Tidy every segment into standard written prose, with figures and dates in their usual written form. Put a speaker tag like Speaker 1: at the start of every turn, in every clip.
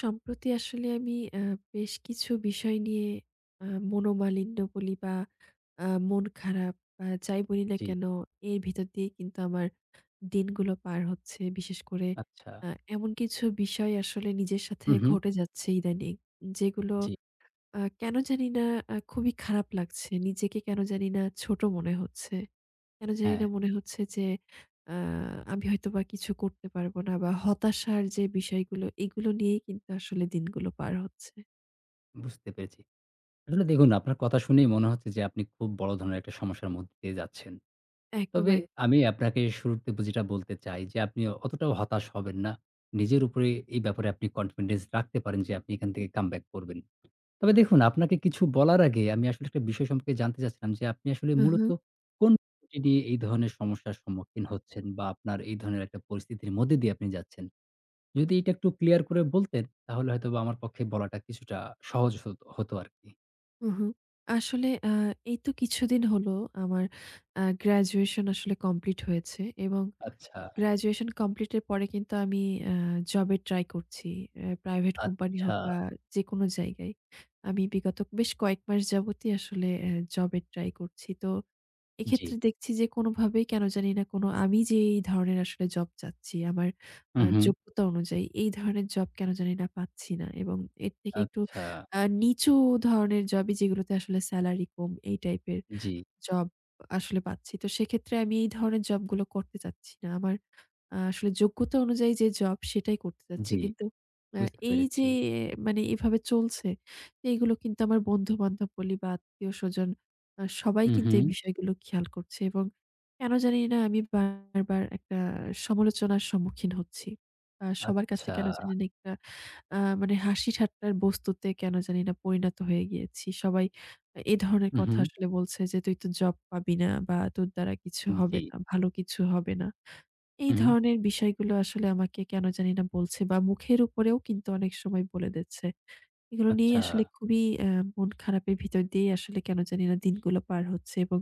Speaker 1: সম্প্রতি আসলে আমি আ বেশ কিছু বিষয় নিয়ে আ মনোমালিন্য বলি বা মন খারাপ যাই বলি না
Speaker 2: জি,
Speaker 1: কেন, এর ভিতর দিয়ে কিন্তু আমার দিনগুলো পার হচ্ছে। বিশেষ করে
Speaker 2: আচ্ছা।
Speaker 1: আ এমন কিছু বিষয় আসলে নিজের সাথে
Speaker 2: হুম, হুম।
Speaker 1: ঘটে যাচ্ছে ইদানিং। যেগুলো
Speaker 2: জি,
Speaker 1: কেন জানি না খুবই খারাপ লাগছে। নিজেকে কেন জানি না ছোট মনে হচ্ছে। কেন
Speaker 2: হ্যাঁ,
Speaker 1: জানিনা মনে হচ্ছে যে আ আমি হয়তোবা কিছু করতে পারবো না বা হতাশার যে বিষয়গুলো এগুলো নিয়েই কিন্তু আসলে দিনগুলো পার হচ্ছে।
Speaker 2: বুঝতে পেরেছি। আসলে দেখুন আপনার কথা শুনেই মনে হচ্ছে যে আপনি খুব বড় ধরনের একটা সমস্যার মধ্যে দিয়ে যাচ্ছেন।
Speaker 1: একদম, একদম।
Speaker 2: তবে আমি আপনাকে শুরুতে যেটা বলতে চাই যে আপনি অতটাও হতাশ হবেন না। নিজের উপরে এই ব্যাপারে আপনি কনফিডেন্স রাখতে পারেন যে আপনি এখান থেকে কামব্যাক করবেন। তবে দেখুন আপনাকে কিছু বলার আগে আমি আসলে একটা বিষয় সম্পর্কে জানতে চাচ্ছিলাম যে আপনি আসলে
Speaker 1: হু, হু,
Speaker 2: মূলত কোন বিষয়টি নিয়ে এই ধরনের সমস্যার সম্মুখীন হচ্ছেন বা আপনার এই ধরনের একটা পরিস্থিতির মধ্যে দিয়ে আপনি যাচ্ছেন? যদি এটা একটু ক্লিয়ার করে বলতেন, তাহলে হয়তোবা আমার পক্ষে বলাটা কিছুটা সহজ হতো আরকি।
Speaker 1: হু, হু। আসলে এই তো কিছুদিন হলো আমার গ্র্যাজুয়েশন আসলে কমপ্লিট হয়েছে এবং
Speaker 2: আচ্ছা,
Speaker 1: গ্র্যাজুয়েশন কমপ্লিটের পরে কিন্তু আমি আ জবে ট্রাই করছি। প্রাইভেট কোম্পানি হোক
Speaker 2: আচ্ছা,
Speaker 1: বা যেকোনো জায়গায়। আমি বিগত বেশ কয়েক মাস যাবতই আসলে জবে ট্রাই করছি। তো
Speaker 2: জি।
Speaker 1: এক্ষেত্রে দেখছি যে কোনোভাবেই কেন জানি না আমি যে এই ধরনের আসলে জব চাচ্ছি, আমার
Speaker 2: হু, হু।
Speaker 1: যোগ্যতা অনুযায়ী এই ধরনের জব কেন জানি না পাচ্ছি না। এবং এর থেকে একটু
Speaker 2: আচ্ছা,
Speaker 1: নিচু ধরনের জবই যেগুলোতে আসলে সেলারি কম এই টাইপের।
Speaker 2: জি,
Speaker 1: জব আসলে পাচ্ছি। তো সেক্ষেত্রে আমি এই ধরনের জবগুলো করতে চাচ্ছি না। আমার আসলে যোগ্যতা অনুযায়ী যে জব সেটাই করতে চাচ্ছি।
Speaker 2: জি,
Speaker 1: কিন্তু আ
Speaker 2: বুঝতে
Speaker 1: এই
Speaker 2: পেরেছি।
Speaker 1: যে মানে এভাবে চলছে, এইগুলো কিন্তু আমার বন্ধু-বান্ধব বলি বা আত্মীয়স্বজন সবাই
Speaker 2: হু,
Speaker 1: কিন্তু
Speaker 2: হু,
Speaker 1: এই বিষয়গুলো খেয়াল করছে এবং কেন জানি না আমি বারবার একটা সমালোচনার সম্মুখীন হচ্ছি। সবার কাছে
Speaker 2: আচ্ছা,
Speaker 1: কেন জানি না একটা আ মানে হাসি ঠাট্টার বস্তুতে কেন জানি না পরিণত হয়ে গিয়েছি। সবাই এ ধরনের
Speaker 2: হু, হু,
Speaker 1: কথা আসলে বলছে যে, "তুই তো জব পাবি না বা তোর দ্বারা কিছু হবে
Speaker 2: জি,
Speaker 1: না, ভালো কিছু হবে না।" এই
Speaker 2: হু, হু,
Speaker 1: ধরনের বিষয়গুলো আসলে আমাকে কেন জানি না বলছে বা মুখের উপরেও কিন্তু অনেক সময় বলে দিচ্ছে। এগুলো নিয়েই
Speaker 2: আচ্ছা,
Speaker 1: আসলে খুবই আ মন খারাপের ভিতর দিয়েই আসলে কেন জানি না দিনগুলো পার হচ্ছে এবং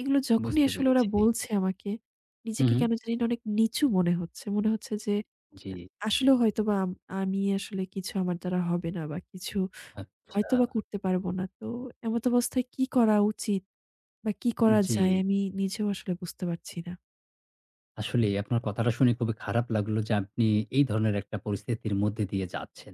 Speaker 1: এগুলো যখনই
Speaker 2: বুঝতে
Speaker 1: আসলে ওরা
Speaker 2: পেরেছি।
Speaker 1: বলছে আমাকে,
Speaker 2: হু,
Speaker 1: নিজেকে
Speaker 2: হু,
Speaker 1: কেন জানি না অনেক নিচু মনে হচ্ছে। মনে হচ্ছে যে
Speaker 2: জি,
Speaker 1: আ আসলেও হয়তোবা আমি আসলে কিছু আমার দ্বারা হবে না বা কিছু
Speaker 2: আচ্ছা,
Speaker 1: হয়তোবা করতে পারব না। তো এমত অবস্থায় কি করা উচিত বা কি করা
Speaker 2: জি।
Speaker 1: যায় আমি নিজেও আসলে বুঝতে পারছি না।
Speaker 2: আসলেই আপনার কথাটা শুনে খুবই খারাপ লাগলো যে আপনি এই ধরনের একটা পরিস্থিতির মধ্যে দিয়ে যাচ্ছেন।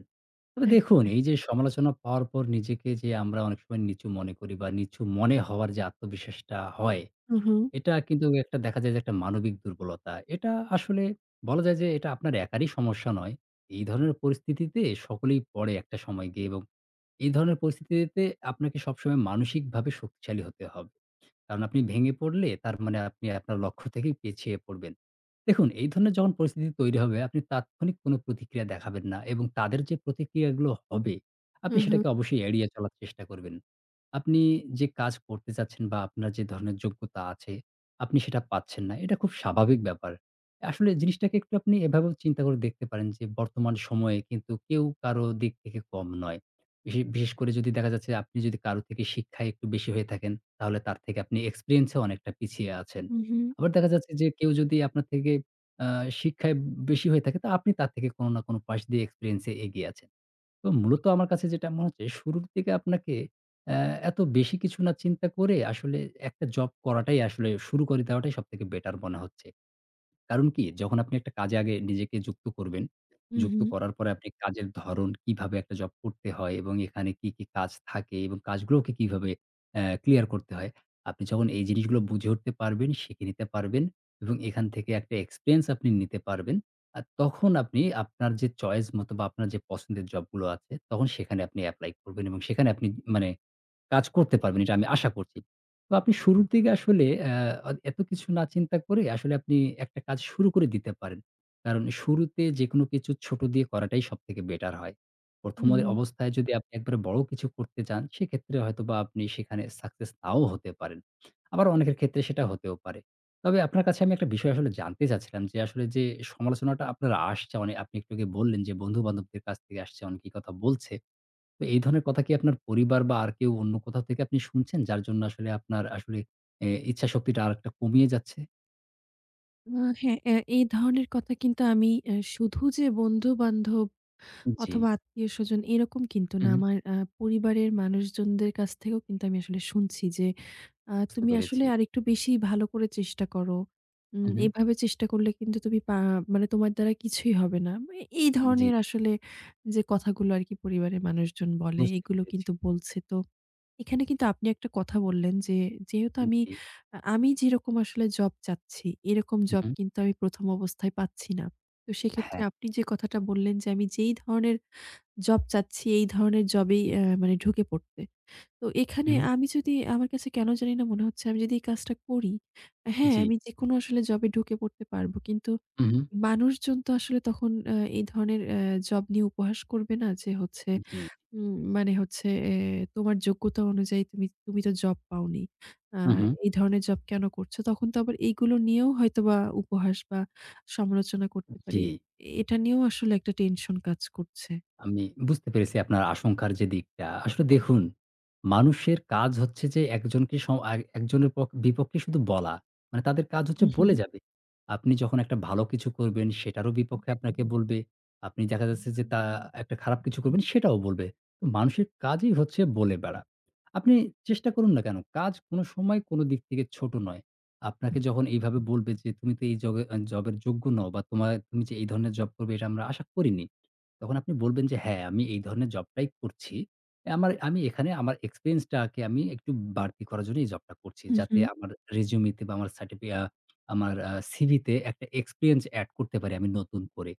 Speaker 2: তবে
Speaker 1: একদম,
Speaker 2: দেখুন
Speaker 1: এক
Speaker 2: এই যে সমালোচনা পাওয়ার পর নিজেকে যে আমরা অনেক সময় নিচু মনে করি বা নিচু মনে হওয়ার যে আত্মবিশ্বাসটা হয়,
Speaker 1: হু, হু,
Speaker 2: এটা কিন্তু একটা দেখা যায় যে একটা মানবিক দুর্বলতা। এটা আসলে বলা যায় যে এটা আপনার একারই সমস্যা নয়। এই ধরনের পরিস্থিতিতে সকলেই পড়ে একটা সময় গিয়ে এবং এই ধরনের পরিস্থিতিতে আপনাকে সবসময় মানসিকভাবে শক্তিশালী হতে হবে। কারণ আপনি ভেঙে পড়লে তার মানে আপনি আপনার লক্ষ্য থেকেই পিছিয়ে পড়বেন। দেখুন এই ধরনের যখন পরিস্থিতি তৈরি হবে আপনি তাৎক্ষণিক কোনো প্রতিক্রিয়া দেখাবেন না এবং তাদের যে প্রতিক্রিয়াগুলো হবে
Speaker 1: হু,
Speaker 2: আপনি
Speaker 1: হু,
Speaker 2: সেটাকে অবশ্যই এড়িয়ে চলার চেষ্টা করবেন। আপনি যে কাজ করতে চাচ্ছেন বা আপনার যে ধরনের যোগ্যতা আছে আপনি সেটা পাচ্ছেন না। এটা খুব স্বাভাবিক ব্যাপার। আসলে জিনিসটাকে একটু আপনি এভাবেও চিন্তা করে দেখতে পারেন যে বর্তমান সময়ে কিন্তু কেউ কারো দিক থেকে কম নয়। বিশেষ করে যদি দেখা যাচ্ছে আপনি যদি কারো থেকে শিক্ষায় একটু বেশি হয়ে থাকেন, তাহলে তার থেকে আপনি এক্সপেরিয়েন্স এ অনেকটা পিছিয়ে আছেন।
Speaker 1: হু, হু,
Speaker 2: আবার দেখা যাচ্ছে যে কেউ যদি আপনার থেকে আ শিক্ষায় বেশি হয়ে থাকে, তো আপনি তার থেকে কোনো না কোনো পাশ দিয়ে এক্সপেরিয়েন্স এ এগিয়ে আছেন। তো মূলত আমার কাছে যেটা মনে হচ্ছে শুরুর দিকে আপনাকে অ্যা এত বেশি কিছু না চিন্তা করে আসলে একটা জব করাটাই আসলে শুরু করে দেওয়াটাই সবথেকে বেটার মনে হচ্ছে। কারণ কি? যখন আপনি একটা কাজে আগে নিজেকে যুক্ত করবেন,
Speaker 1: হু, হু,
Speaker 2: যুক্ত করার পরে আপনি কাজের ধরন কিভাবে একটা জব করতে হয় এবং এখানে কি, কি কাজ থাকে এবং কাজগুলোকে কিভাবে ক্লিয়ার করতে হয়। আপনি যখন এই জিনিসগুলো বুঝে উঠতে পারবেন, শিখে নিতে পারবেন এবং এখান থেকে একটা এক্সপেরিয়েন্স আপনি নিতে পারবেন। আর তখন আপনি আপনার যে চয়েস মতো বা আপনার যে পছন্দের জবগুলো আছে, তখন সেখানে আপনি এপ্লাই করবেন এবং সেখানে আপনি মানে কাজ করতে পারবেন এটা আমি আশা করছি। তো আপনি শুরুর দিকে আসলে এত কিছু না চিন্তা করে আসলে আপনি একটা কাজ শুরু করে দিতে পারেন। কারণ শুরুতে যেকোনো কিছু ছোট দিয়ে করাটাই সবথেকে বেটার হয়।
Speaker 1: হু,
Speaker 2: ১ম এ
Speaker 1: হু।
Speaker 2: অবস্থায় যদি আপনি একবারে বড় কিছু করতে চান সেক্ষেত্রে হয়তোবা আপনি সেখানে সাকসেস নাও হতে পারেন। আবার অনেকের ক্ষেত্রে সেটা হতেও পারে। তবে আপনার কাছে আমি একটা বিষয় আসলে জানতে চাচ্ছিলাম যে আসলে যে সমালোচনাটা আপনার আসছে মানে আপনি একটু আগে বললেন যে বন্ধু-বান্ধবদের কাছ থেকে আসছে অনেকেই কথা বলছে। তো এই ধরনের কথা কি আপনার পরিবার বা আর কেউ অন্য কোথাও থেকে আপনি শুনছেন? যার জন্য আসলে আপনার আসলে এ ইচ্ছাশক্তিটা আরেকটা কমিয়ে যাচ্ছে?
Speaker 1: হ্যাঁ, এই ধরনের কথা কিন্তু আমি শুধু যে বন্ধু-বান্ধব
Speaker 2: জি।
Speaker 1: অথবা আত্মীয়স্বজন এরকম কিন্তু
Speaker 2: হু,
Speaker 1: না।
Speaker 2: হু।
Speaker 1: আমার পরিবারের মানুষজনদের কাছ থেকেও কিন্তু আমি আসলে শুনছি যে,
Speaker 2: বুঝতে
Speaker 1: "তুমি আসলে
Speaker 2: পেরেছি।
Speaker 1: আরেকটু বেশি ভালো করে চেষ্টা করো।
Speaker 2: হু, হু।
Speaker 1: এভাবে চেষ্টা করলে কিন্তু তুমি পা মানে তোমার দ্বারা কিছুই হবে না।" মানে এই
Speaker 2: জি,
Speaker 1: ধরনের আসলে যে কথাগুলো আরকি পরিবারের মানুষজন বলে,
Speaker 2: বুঝতে
Speaker 1: এগুলো
Speaker 2: পেরেছি।
Speaker 1: কিন্তু বলছে। তো এখানে কিন্তু আপনি একটা কথা বললেন যে, যেহেতু আমি
Speaker 2: জি।
Speaker 1: আ আমি যেরকম আসলে জব চাচ্ছি, এরকম
Speaker 2: হু,
Speaker 1: জব
Speaker 2: হু।
Speaker 1: কিন্তু আমি ১ম অবস্থায় পাচ্ছি না। তো সেক্ষেত্রে
Speaker 2: হ্যাঁ,
Speaker 1: আপনি যে কথাটা বললেন যে, আমি যেই ধরনের জব চাচ্ছি এই ধরনের জবেই
Speaker 2: জি।
Speaker 1: মানে ঢুকে পড়তে। তো
Speaker 2: হু,
Speaker 1: এখানে
Speaker 2: হু।
Speaker 1: আমি যদি আমার কাছে কেন জানি না মনে হচ্ছে আমি যদি এই কাজটা করি, হ্যাঁ,
Speaker 2: জি।
Speaker 1: আমি যেকোনো আসলে জবে ঢুকে পড়তে পারবো। কিন্তু
Speaker 2: হু, হু।
Speaker 1: মানুষজন তো আসলে তখন এই ধরনের জব নিয়ে উপহাস করবে না যে হচ্ছে
Speaker 2: জি।
Speaker 1: মানে হচ্ছে তোমার যোগ্যতা অনুযায়ী তুমি তো জব পাওনি। আ
Speaker 2: হু, হু।
Speaker 1: এই ধরনের জব কেন করছো? তখন তো আবার এইগুলো নিয়েও হয়তোবা উপহাস বা সমালোচনা করতে পারে।
Speaker 2: জি।
Speaker 1: এটা নিয়েও আসলে একটা টেনশন কাজ করছে।
Speaker 2: আমি বুঝতে পেরেছি আপনার আশঙ্কার যে দিকটা। আসলে দেখুন, মানুষের কাজ হচ্ছে যে একজনকে স আ একজনের বিপক্ষে শুধু বলা। মানে তাদের কাজ
Speaker 1: হু,
Speaker 2: হচ্ছে
Speaker 1: হু।
Speaker 2: বলে যাবে। আপনি যখন একটা ভালো কিছু করবেন সেটারও বিপক্ষে আপনাকে বলবে। আপনি দেখা যাচ্ছে যে একটা খারাপ কিছু করবেন সেটাও বলবে। তো মানুষের কাজই হচ্ছে বলে বেড়া। আপনি চেষ্টা করুন না কেন, কাজ কোনো সময় কোনো দিক থেকে ছোট নয়। আপনাকে যখন এইভাবে বলবে যে, "তুমি তো এই জবে জবের যোগ্য নও বা তুমি যে এই ধরনের জব করবে এটা আমরা আশা করিনি।" তখন আপনি বলবেন যে, "হ্যাঁ, আমি এই ধরনের জবটাই করছি। আমি এখানে আমার এক্সপেরিয়েন্সটাকে আমি একটু বাড়তি করার জন্য এই জবটা করছি।
Speaker 1: হু, হু।
Speaker 2: যাতে আমার রেজুমেতে বা আমার সার্টিফি আ আমার সিভিতে একটা এক্সপেরিয়েন্স এড করতে পারি আমি নতুন করে।"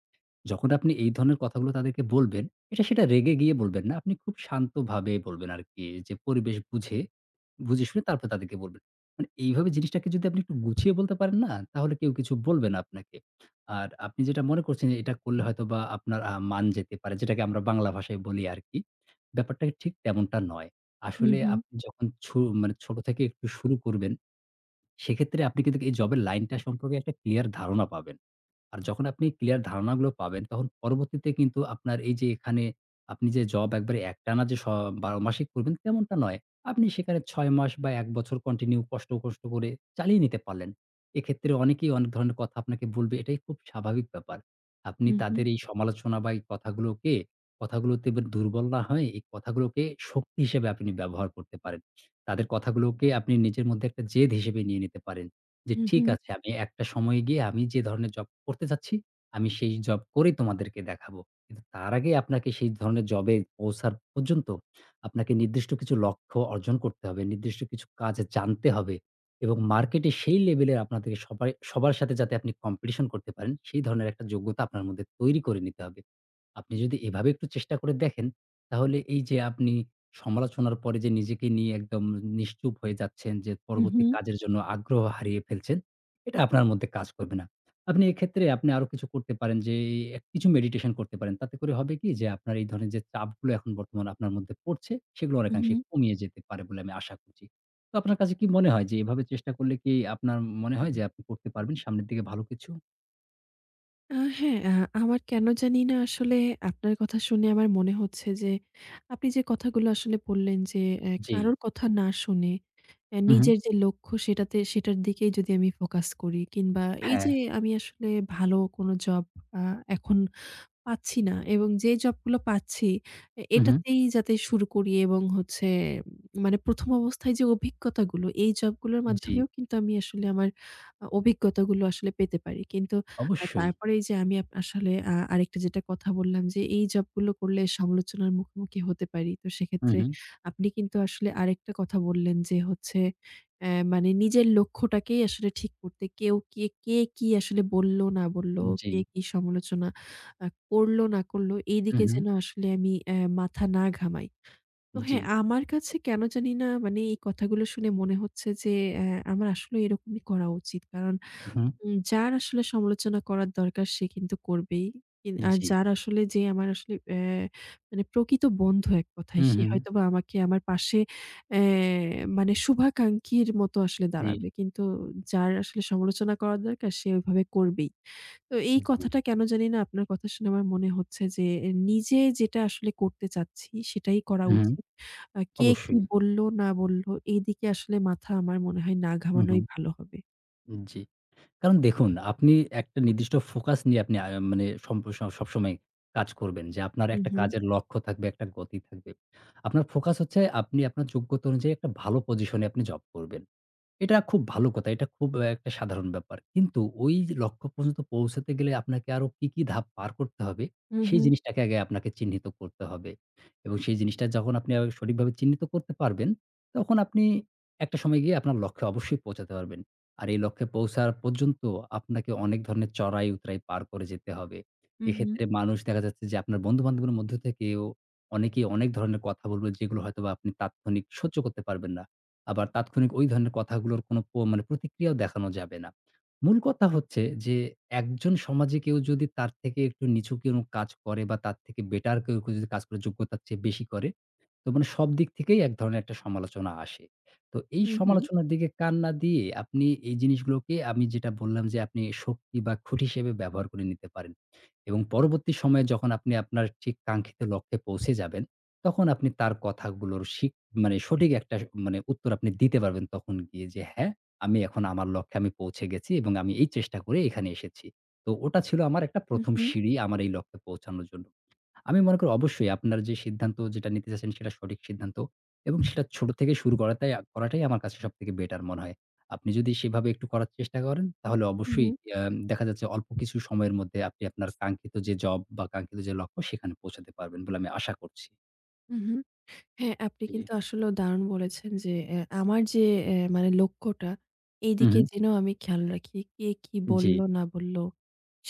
Speaker 2: যখন আপনি এই ধরনের কথাগুলো তাদেরকে বলবেন, এটা সেটা রেগে গিয়ে বলবেন না। আপনি খুব শান্তভাবে বলবেন আরকি যে পরিবেশ বুঝে, বুঝে শুনে তারপর তাদেরকে বলবেন। মানে এইভাবে জিনিসটাকে যদি আপনি একটু গুছিয়ে বলতে পারেন না, তাহলে কেউ কিছু বলবে না আপনাকে। আর আপনি যেটা মনে করছেন যে এটা করলে হয়তোবা আপনার মান যেতে পারে, যেটাকে আমরা বাংলা ভাষায় বলি আরকি। ব্যাপারটা ঠিক তেমনটা নয়।
Speaker 1: হু,
Speaker 2: আসলে
Speaker 1: হু,
Speaker 2: আপনি যখন মানে ছোট থেকে একটু শুরু করবেন, সেক্ষেত্রে আপনি কিন্তু এই জবের লাইনটা সম্পর্কে একটা ক্লিয়ার ধারণা পাবেন। আর যখন আপনি ক্লিয়ার ধারণাগুলো পাবেন, তখন পরবর্তীতে কিন্তু আপনার এই যে এখানে আপনি যে জব একবারে একটানা যে স ১২ মাসই করবেন তেমনটা নয়। আপনি সেখানে ৬ মাস বা ১ বছর কন্টিনিউ কষ্ট করে চালিয়ে নিতে পারলেন। এক্ষেত্রে অনেকেই অনেক ধরনের কথা আপনাকে বলবে, এটাই খুব স্বাভাবিক ব্যাপার। আপনি
Speaker 1: হু, হু,
Speaker 2: তাদের এই সমালোচনা বা কথাগুলোতে এবার দুর্বল না হয়ে এই কথাগুলোকে শক্তি হিসেবে আপনি ব্যবহার করতে পারেন। তাদের কথাগুলোকে আপনি নিজের মধ্যে একটা জেদ হিসেবে নিয়ে নিতে পারেন। যে
Speaker 1: হু, হু,
Speaker 2: ঠিক আছে আমি একটা সময়ে গিয়ে আমি যে ধরনের জব করতে চাচ্ছি, আমি সেই জব করেই তোমাদেরকে দেখাবো। কিন্তু তার আগে আপনাকে সেই ধরনের জবে পৌঁছার পর্যন্ত আপনাকে নির্দিষ্ট কিছু লক্ষ্য অর্জন করতে হবে। নির্দিষ্ট কিছু কাজ জানতে হবে এবং মার্কেটে সেই লেভেলের আপনাদেরকে সবাই সবার সাথে যাতে আপনি কম্পিটিশন করতে পারেন, সেই ধরনের একটা যোগ্যতা আপনার মধ্যে তৈরি করে নিতে হবে। আপনি যদি এভাবে একটু চেষ্টা করে দেখেন, তাহলে এই যে আপনি সমালোচনার পরে যে নিজেকে নিয়ে একদম নিশ্চুপ হয়ে যাচ্ছেন যে
Speaker 1: হু, হু,
Speaker 2: পরবর্তী কাজের জন্য আগ্রহ হারিয়ে ফেলছেন, এটা আপনার মধ্যে কাজ করবে না। আপনি আরো কিছু করতে পারেন যে কিছু মেডিটেশন করতে পারেন। তাতে করে হবে কি যে আপনার এই ধরনের যে চাপগুলো এখন বর্তমানে আপনার মধ্যে পড়ছে সেগুলো
Speaker 1: হু,
Speaker 2: অনেকাংশে
Speaker 1: হু।
Speaker 2: কমিয়ে যেতে পারে বলে আমি আশা করছি। তো আপনার কাছে কি মনে হয় যে এভাবে চেষ্টা করলে কি আপনার মনে হয় যে আপনি করতে পারবেন সামনের দিকে ভালো কিছু?
Speaker 1: হ্যাঁ, আমার কেন জানি না আসলে আপনার কথা শুনে আমার মনে হচ্ছে যে, আপনি যে কথাগুলো আসলে বললেন যে,
Speaker 2: জি।
Speaker 1: কারোর কথা না শুনে
Speaker 2: হু, হু।
Speaker 1: নিজের যে লক্ষ্য সেটার দিকেই যদি আমি ফোকাস করি কিংবা এই
Speaker 2: হ্যাঁ।
Speaker 1: যে আমি আসলে ভালো কোনো জব আ এখন পাচ্ছি না এবং যে জবগুলো পাচ্ছি
Speaker 2: হু, হু।
Speaker 1: এটাতেই যাতে শুরু করি এবং হচ্ছে মানে ১ম অবস্থায় যে অভিজ্ঞতাগুলো এই জবগুলোর
Speaker 2: জি।
Speaker 1: মাধ্যমেও কিন্তু আমি আসলে আমার অভিজ্ঞতাগুলো আসলে পেতে পারি। কিন্তু
Speaker 2: অবশ্যই।
Speaker 1: তারপরে এই যে আমি আসলে আরেকটা যেটা কথা বললাম যে এই জবগুলো করলে সমালোচনার মুখোমুখি হতে পারি। তো
Speaker 2: হু,
Speaker 1: সেক্ষেত্রে
Speaker 2: হু।
Speaker 1: আপনি কিন্তু আসলে আরেকটা কথা বললেন যে হচ্ছে মানে নিজের লক্ষ্যটাকেই আসলে ঠিক করতে কে, কে কি আসলে বলল না বলল,
Speaker 2: জি।
Speaker 1: কে কি সমালোচনা করল না করল
Speaker 2: হু,
Speaker 1: এইদিকে
Speaker 2: হু।
Speaker 1: যেন আসলে আমি মাথা না ঘামাই। তো
Speaker 2: জি।
Speaker 1: হ্যাঁ, আমার কাছে কেন জানি না মানে এই কথাগুলো শুনে মনে হচ্ছে যে অ্যা আমার আসলে এরকমই করা উচিত। কারণ
Speaker 2: হু।
Speaker 1: যার আসলে সমালোচনা করার দরকার সে কিন্তু করবেই। আর
Speaker 2: জি।
Speaker 1: যার আসলে যে আমার আসলে মানে প্রকৃত বন্ধু এক কথায়
Speaker 2: হুম,
Speaker 1: সে
Speaker 2: হুম।
Speaker 1: হয়তোবা আমাকে আমার পাশে অ্যা মানে শুভাকাঙ্ক্ষীর মতো আসলে
Speaker 2: জি,
Speaker 1: দাঁড়াবে। কিন্তু যার আসলে সমালোচনা করার দরকার সে ওইভাবে করবেই। তো এই
Speaker 2: জি।
Speaker 1: কথাটা কেন জানি না আপনার কথা শুনে আমার মনে হচ্ছে যে নিজে যেটা আসলে করতে চাচ্ছি সেটাই করা
Speaker 2: হুম, হুম।
Speaker 1: উচিত। কে কি
Speaker 2: অবশ্যই।
Speaker 1: বলল না বলল এইদিকে আসলে মাথা আমার মনে হয় না
Speaker 2: হুম,
Speaker 1: ঘামানোই
Speaker 2: হুম।
Speaker 1: ভালো হবে।
Speaker 2: জি। কারণ দেখুন আপনি একটা নির্দিষ্ট ফোকাস নিয়ে আপনি আ মানে সম্প স সবসময় কাজ করবেন যে আপনার
Speaker 1: হু,
Speaker 2: একটা
Speaker 1: হু।
Speaker 2: কাজের লক্ষ্য থাকবে, একটা গতি থাকবে। আপনার ফোকাস হচ্ছে আপনি আপনার যোগ্যতা অনুযায়ী একটা ভালো পজিশনে আপনি জব করবেন। এটা খুব ভালো কথা। এটা খুব একটা সাধারণ ব্যাপার। কিন্তু ওই যে লক্ষ্য পর্যন্ত পৌঁছাতে গেলে আপনাকে আরো কি, কি ধাপ পার করতে হবে,
Speaker 1: হু,
Speaker 2: সেই
Speaker 1: হু।
Speaker 2: জিনিসটাকে আগে আপনাকে চিহ্নিত করতে হবে। এবং সেই জিনিসটা যখন আপনি সঠিকভাবে চিহ্নিত করতে পারবেন, তখন আপনি একটা সময় গিয়ে আপনার লক্ষ্যে অবশ্যই পৌঁছাতে পারবেন। আর এই লক্ষ্যে পৌঁছার পর্যন্ত আপনাকে অনেক ধরনের চড়াই-উতরাই পার করে যেতে হবে।
Speaker 1: হু, হু,
Speaker 2: এক্ষেত্রে মানুষ দেখা যাচ্ছে যে আপনার বন্ধু-বান্ধবের মধ্য থেকেও অনেকেই অনেক ধরনের কথা বলবে, যেগুলো হয়তোবা আপনি তাৎক্ষণিক সহ্য করতে পারবেন না। আবার তাৎক্ষণিক ওই ধরনের কথাগুলোর কোনো প মানে প্রতিক্রিয়াও দেখানো যাবে না। মূল কথা হচ্ছে যে একজন সমাজে কেউ যদি তার থেকে একটু নিচু কোনো কাজ করে বা তার থেকে বেটার কেউ যদি কাজ করে যোগ্যতার চেয়ে বেশি করে তো মানে সব দিক থেকেই এক ধরনের একটা সমালোচনা আসে। তো এই
Speaker 1: হু, হু,
Speaker 2: সমালোচনার দিকে কান না দিয়ে আপনি এই জিনিসগুলোকে আমি যেটা বললাম যে আপনি শক্তি বা খুঁটি হিসেবে ব্যবহার করে নিতে পারেন। এবং পরবর্তী সময়ে যখন আপনি আপনার ঠিক কাঙ্ক্ষিত লক্ষ্যে পৌঁছে যাবেন, তখন আপনি তার কথাগুলোর শিক মানে সঠিক একটা স মানে উত্তর আপনি দিতে পারবেন তখন গিয়ে যে, "হ্যাঁ, আমি এখন আমার লক্ষ্যে আমি পৌঁছে গেছি এবং আমি এই চেষ্টা করে এখানে এসেছি।" তো ওটা ছিল আমার একটা
Speaker 1: হু,
Speaker 2: ১ম
Speaker 1: হু,
Speaker 2: সিঁড়ি আমার এই লক্ষ্যে পৌঁছানোর জন্য। আমি মনে করি অবশ্যই আপনার যে সিদ্ধান্ত যেটা নিতে চাচ্ছেন সেটা সঠিক সিদ্ধান্ত এবং সেটা ছোট থেকে শুরু করাটাই করাটাই আমার কাছে সবথেকে বেটার মনে হয়। আপনি যদি সেভাবে একটু করার চেষ্টা করেন তাহলে
Speaker 1: হু, হু,
Speaker 2: অবশ্যই দেখা যাচ্ছে অল্প কিছু সময়ের মধ্যে আপনি আপনার কাঙ্ক্ষিত যে জব বা কাঙ্ক্ষিত যে লক্ষ্য সেখানে পৌঁছাতে পারবেন বলে আমি আশা করছি।
Speaker 1: হু, হু। হ্যাঁ, আপনি
Speaker 2: জি।
Speaker 1: কিন্তু আসলেও দারুণ বলেছেন যে আমার যে মানে লক্ষ্যটা
Speaker 2: হুম,
Speaker 1: এইদিকে
Speaker 2: হুম।
Speaker 1: যেন আমি খেয়াল রাখি। কে কি
Speaker 2: জি,
Speaker 1: বলল না বলল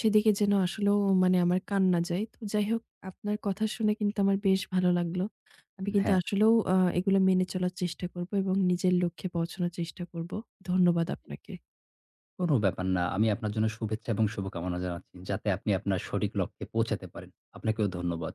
Speaker 1: সেদিকে যেন আসলেও মানে আমার কান না যায়। তো যাই হোক আপনার কথা শুনে কিন্তু আমার বেশ ভালো লাগলো। আমি কিন্তু
Speaker 2: হ্যাঁ।
Speaker 1: আসলেও এগুলো মেনে চলার চেষ্টা করব এবং নিজের লক্ষ্যে পৌঁছানোর চেষ্টা করব। ধন্যবাদ আপনাকে।
Speaker 2: কোন ব্যাপার না। আমি আপনার জন্য শুভেচ্ছা এবং শুভকামনা জানাচ্ছি। যাতে আপনি আপনার সঠিক লক্ষ্যে পৌঁছাতে পারেন। আপনাকেও ধন্যবাদ।